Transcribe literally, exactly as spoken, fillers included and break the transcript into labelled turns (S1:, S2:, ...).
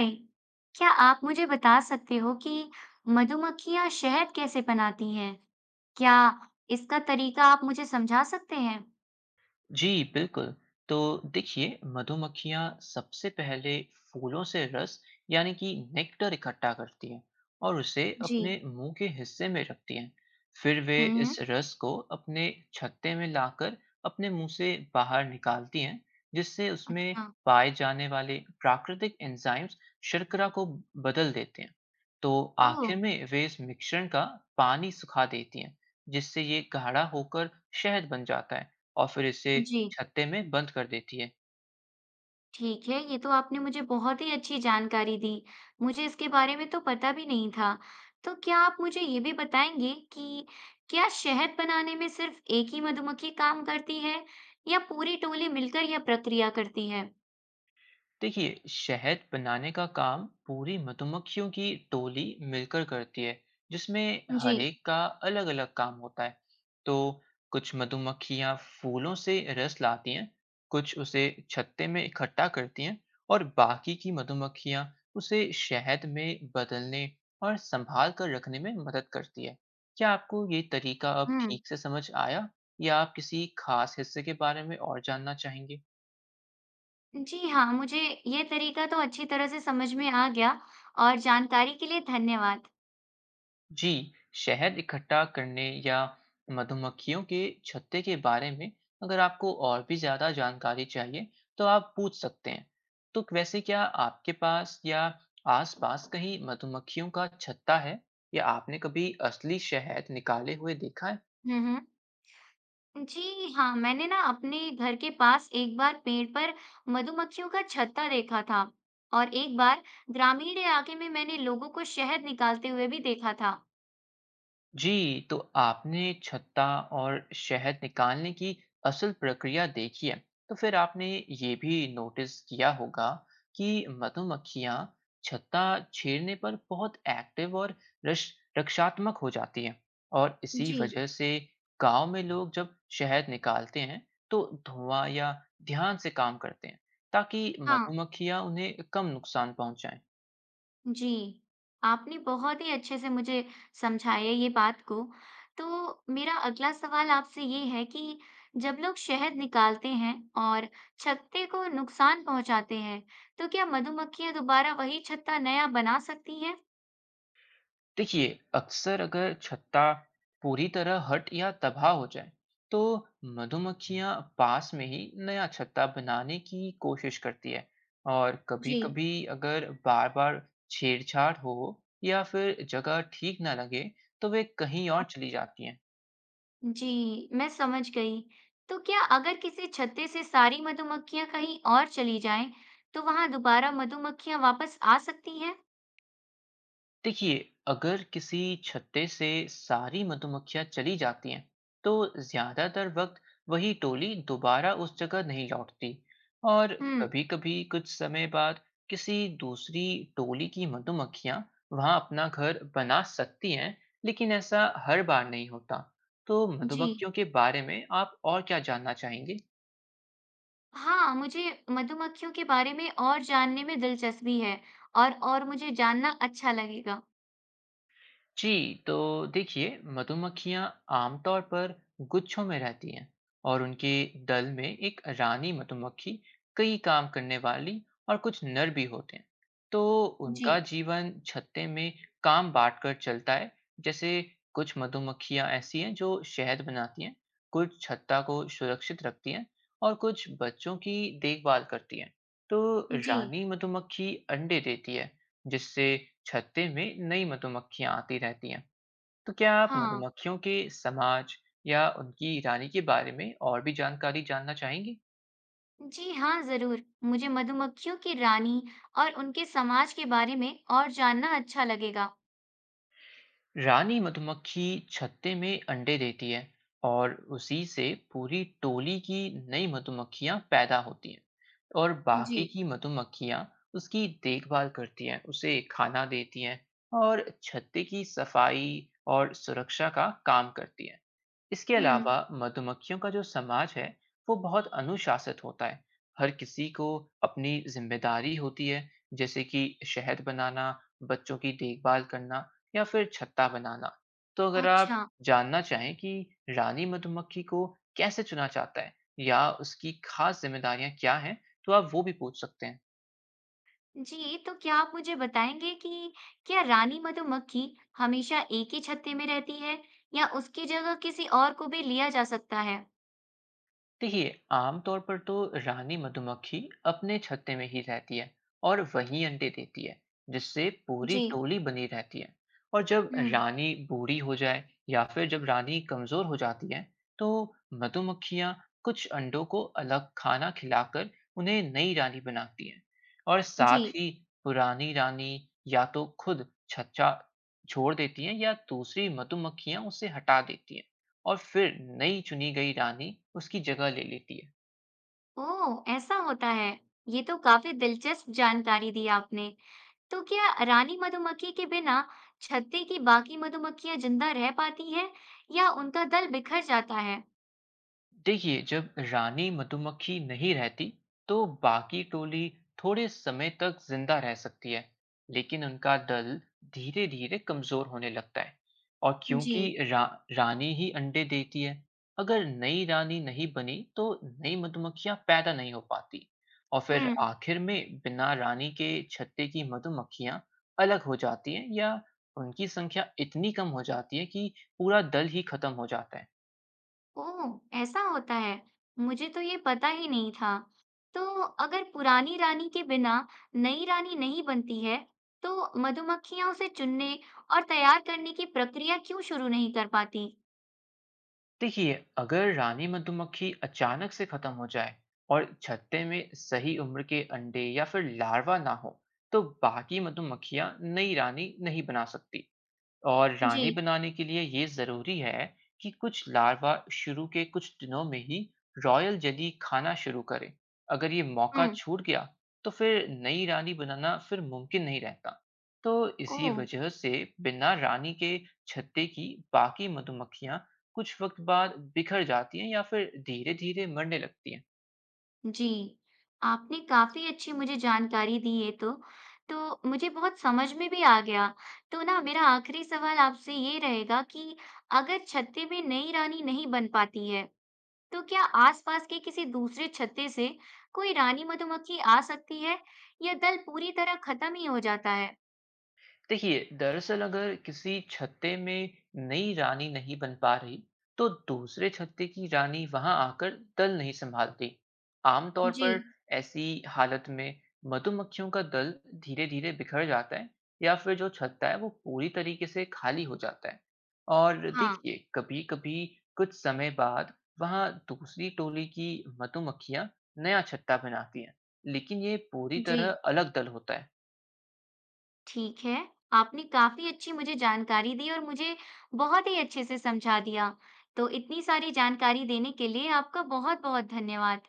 S1: नहीं, क्या आप मुझे बता सकते हो कि मधुमक्खियां शहद कैसे बनाती हैं? क्या इसका तरीका आप मुझे समझा सकते हैं?
S2: जी, बिल्कुल। तो देखिए, मधुमक्खियाँ सबसे पहले फूलों से रस यानी कि नेक्टर इकट्ठा करती हैं और उसे
S1: जी।
S2: अपने मुंह के हिस्से में रखती हैं। फिर वे
S1: हम्म।
S2: इस रस को अपने छत्ते में लाकर अपने मुंह से बाहर निकालती हैं, जिससे उसमें
S1: अच्छा।
S2: पाए जाने वाले प्राकृतिक एंजाइम्स शर्करा को बदल देते हैं। तो
S1: ओह।
S2: आखिर में वे इस मिश्रण का पानी सुखा देती हैं, जिससे ये गाढ़ा होकर शहद बन जाता है। और फिर इसे
S1: जी।
S2: छत्ते में बंद कर देती है।
S1: ठीक है, ये तो आपने मुझे बहुत ही अच्छी जानकारी दी। मुझे इसके बारे में तो पता भी नहीं था। तो क्या आप मुझे ये भी बताएंगे कि क्या शहद बनाने में सिर्फ एक ही मधुमक्खी काम करती है या पूरी टोली मिलकर यह प्रक्रिया करती है?
S2: देखिए, शहद बनाने का काम पूरी मधुमक्खियों की टोली मिलकर करती है, जिसमें
S1: जी।
S2: हर एक का अलग अलग काम होता है। तो कुछ मधुमक्खियां फूलों से रस लाती हैं, कुछ उसे छत्ते में इकट्ठा करती हैं, और बाकी की मधुमक्खियां उसे शहद में बदलने और संभाल कर रखने में मदद करती है। क्या आपको ये तरीका अब
S1: हम्म।
S2: ठीक से समझ आया, या आप किसी खास हिस्से के बारे में और जानना चाहेंगे?
S1: जी हाँ, मुझे ये तरीका तो अच्छी तरह से समझ में आ गया और जानकारी के लिए धन्यवाद।
S2: जी, शहद इकट्ठा करने या मधुमक्खियों के छत्ते के बारे में अगर आपको और भी ज़्यादा जानकारी चाहिए, तो आप पूछ सकते हैं। तो वैसे क्या आपके पास या आसपास कहीं मधुमक्खियों का छत्ता है, या आपने कभी असली शहद निकाले हुए देखा है?
S1: हम्म। जी हाँ, मैंने ना अपने घर के पास एक बार पेड़ पर मधुमक्खियों का छत्ता देखा था और एक बार ग्रामीण इलाके में मैंने लोगों को शहद निकालते हुए भी देखा था।
S2: जी, तो आपने छत्ता और शहद निकालने की असल प्रक्रिया देखी है, तो फिर आपने ये भी नोटिस किया होगा कि मधुमक्खियां छत्ता छेड़ने पर बहुत एक्टिव और रश रक्षात्मक हो जाती हैं, और इसी
S1: जी
S2: वजह से गांव में लोग जब शहद निकालते हैं तो धुआं या ध्यान से काम करते हैं, ताकि
S1: हाँ।
S2: मधुमक्खियां उन्हें कम नुकसान पहुंचाएं।
S1: जी, आपने बहुत ही अच्छे से मुझे समझाया ये बात को। तो मेरा अगला सवाल आपसे ये है कि जब लोग शहद निकालते हैं और छत्ते को नुकसान पहुंचाते हैं, तो क्या मधुमक्खियां दोबारा वही छत्ता नया बना सकती हैं?
S2: देखिए, अक्सर अगर छत्ता पूरी तरह हट या तबाह हो जाए, तो मधुमक्खियां पास में ही नया छत्ता बनाने की कोशिश करती है। और
S1: जी।
S2: कभी-कभी अगर बार-बार छेड़छाड़ हो या फिर जगह ठीक ना लगे, तो वे कहीं और चली जाती हैं।
S1: जी, मैं समझ गई। तो क्या अगर किसी छत्ते से सारी मधुमक्खियां कहीं और चली जाएं, तो वहां दोबारा मधुमक्खियां वापस आ सकती हैं?
S2: देखिए, अगर किसी छत्ते से सारी मधुमक्खियां चली जाती हैं, तो ज्यादातर वक्त वही टोली दोबारा उस जगह नहीं लौटती। और
S1: हम्म।
S2: कभी-कभी कुछ समय बाद किसी दूसरी टोली की मधुमक्खियां वहां अपना घर बना सकती हैं, लेकिन ऐसा हर बार नहीं होता। तो
S1: जी।
S2: मधुमक्खियों के बारे में आप और क्या जानना चाहेंगे?
S1: हाँ, मुझे मधुमक्खियों के बारे में और जानने में दिलचस्पी है और और मुझे जानना अच्छा लगेगा।
S2: जी, तो देखिए, मधुमक्खियां आमतौर पर गुच्छों में रहती हैं, और उनके दल में एक रानी मधुमक्खी, कई काम करने वाली, और कुछ नर भी होते हैं। तो
S1: जी।
S2: उनका जीवन छत्ते में काम बांटकर चलता है। जैसे कुछ मधुमक्खियां ऐसी हैं जो शहद बनाती हैं, कुछ छत्ता को सुरक्षित रखती हैं, और कुछ बच्चों की देखभाल करती हैं। तो
S1: जी।
S2: रानी मधुमक्खी अंडे देती है, जिससे छत्ते में नई मधुमक्खियां आती रहती हैं। तो क्या आप
S1: हाँ।
S2: मधुमक्खियों के समाज या उनकी रानी के बारे में और भी जानकारी जानना चाहेंगी?
S1: जी हाँ, ज़रूर। मुझे मधुमक्खियों की रानी और उनके समाज के बारे में और जानना अच्छा लगेगा।
S2: रानी मधुमक्खी छत्ते में अंडे देती है, और उसी से पूरी टोली की नई मधुमक्खियां पैदा होती हैं। और
S1: जी।
S2: बाकी की मधुमक्खियां उसकी देखभाल करती हैं, उसे खाना देती हैं, और छत्ते की सफाई और सुरक्षा का काम करती हैं। इसके
S1: हम्म।
S2: अलावा मधुमक्खियों का जो समाज है वो बहुत अनुशासित होता है। हर किसी को अपनी जिम्मेदारी होती है, जैसे कि शहद बनाना, बच्चों की देखभाल करना, या फिर छत्ता बनाना। तो अगर आप
S1: अच्छा।
S2: जानना चाहें कि रानी मधुमक्खी को कैसे चुना जाता है, या उसकी खास जिम्मेदारियां क्या हैं, तो आप वो भी पूछ सकते हैं।
S1: जी, तो क्या आप मुझे बताएंगे कि क्या रानी मधुमक्खी हमेशा एक ही छत्ते में रहती है या उसकी जगह किसी और को भी लिया जा सकता है?
S2: देखिए, आमतौर पर तो रानी मधुमक्खी अपने छत्ते में ही रहती है और वहीं अंडे देती है, जिससे पूरी
S1: जी।
S2: टोली बनी रहती है। और जब
S1: हम्म।
S2: रानी बूढ़ी हो जाए, या फिर जब रानी कमजोर हो जाती है, तो मधुमक्खियां कुछ अंडों को अलग खाना खिलाकर उन्हें नई रानी बनाती हैं। और साथ
S1: जी।
S2: ही पुरानी रानी या तो खुद छत्ता छोड़ देती हैं, या दूसरी मधुमक्खियां उसे हटा देती हैं, और फिर नई चुनी गई रानी उसकी जगह ले लेती है।
S1: ओह, ऐसा होता है। ये तो काफी दिलचस्प जानकारी दी आपने। तो क्या रानी मधुमक्खी के बिना छत्ते की बाकी मधुमक्खियां जिंदा रह पाती हैं या उनका दल बिखर जाता है?
S2: देखिए, जब रानी मधुमक्खी नहीं रहती, तो बाकी टोली थोड़े समय तक जिंदा रह सकती है, लेकिन उनका दल धीरे धीरे कमजोर होने लगता है। और
S1: जी।
S2: क्योंकि रा, रानी ही अंडे देती है, अगर नई रानी नहीं बनी तो नई मधुमक्खियां पैदा नहीं हो पाती। और फिर
S1: हम्म।
S2: आखिर में बिना रानी के छत्ते की मधुमक्खियां अलग हो जाती हैं, या उनकी संख्या इतनी कम हो जाती है कि पूरा दल ही खत्म हो जाता है।
S1: ओह, ऐसा होता है। मुझे तो ये पता ही नहीं था। तो अगर पुरानी रानी के बिना नई रानी नहीं बनती है, तो मधुमक्खियां उसे चुनने और तैयार करने की प्रक्रिया क्यों शुरू नहीं कर पाती?
S2: देखिए, अगर रानी मधुमक्खी अचानक से खत्म हो जाए और छत्ते में सही उम्र के अंडे या फिर लार्वा ना हो, तो बाकी मधुमक्खियां नई रानी नहीं बना सकती। और
S1: जी।
S2: रानी बनाने के लिए ये ज़रूरी है कि कुछ लार्वा शुरू के कुछ दिनों में ही रॉयल जेली खाना शुरू करें। अगर ये मौका
S1: हम्म।
S2: छूट गया, तो फिर नई रानी बनाना फिर मुमकिन नहीं रहता। तो इसी
S1: ओह।
S2: वजह से बिना रानी के छत्ते की बाकी मधुमक्खियां कुछ वक्त बाद बिखर जाती हैं, या फिर धीरे-धीरे मरने लगती हैं।
S1: जी, आपने काफ़ी अच्छी मुझे जानकारी दी ये तो। तो मुझे बहुत समझ में भी आ गया। तो ना मेरा आखिरी सवाल आपसे ये रहेगा कि अगर छत्ते में नई रानी नहीं बन पाती है, तो क्या आसपास के किसी दूसरे छत्ते से कोई रानी मधुमक्खी आ सकती है या दल पूरी तरह खत्म ही हो जाता है?
S2: देखिए, दरअसल अगर किसी छत्ते में नई रानी नहीं बन पा रही, तो दूसरे छत्ते की रानी वहां आकर दल नहीं संभालती। आमतौर
S1: जी।
S2: पर ऐसी हालत में मधुमक्खियों का दल धीरे धीरे बिखर जाता है, या फिर जो छत्ता है वो पूरी तरीके से खाली हो जाता है। और
S1: हाँ।
S2: देखिए, कभी कभी कुछ समय बाद वहां दूसरी टोली की मधुमक्खियां नया छत्ता बनाती हैं, लेकिन ये पूरी
S1: जी।
S2: तरह अलग दल होता है।
S1: ठीक है, आपने काफ़ी अच्छी मुझे जानकारी दी और मुझे बहुत ही अच्छे से समझा दिया। तो इतनी सारी जानकारी देने के लिए आपका बहुत-बहुत धन्यवाद।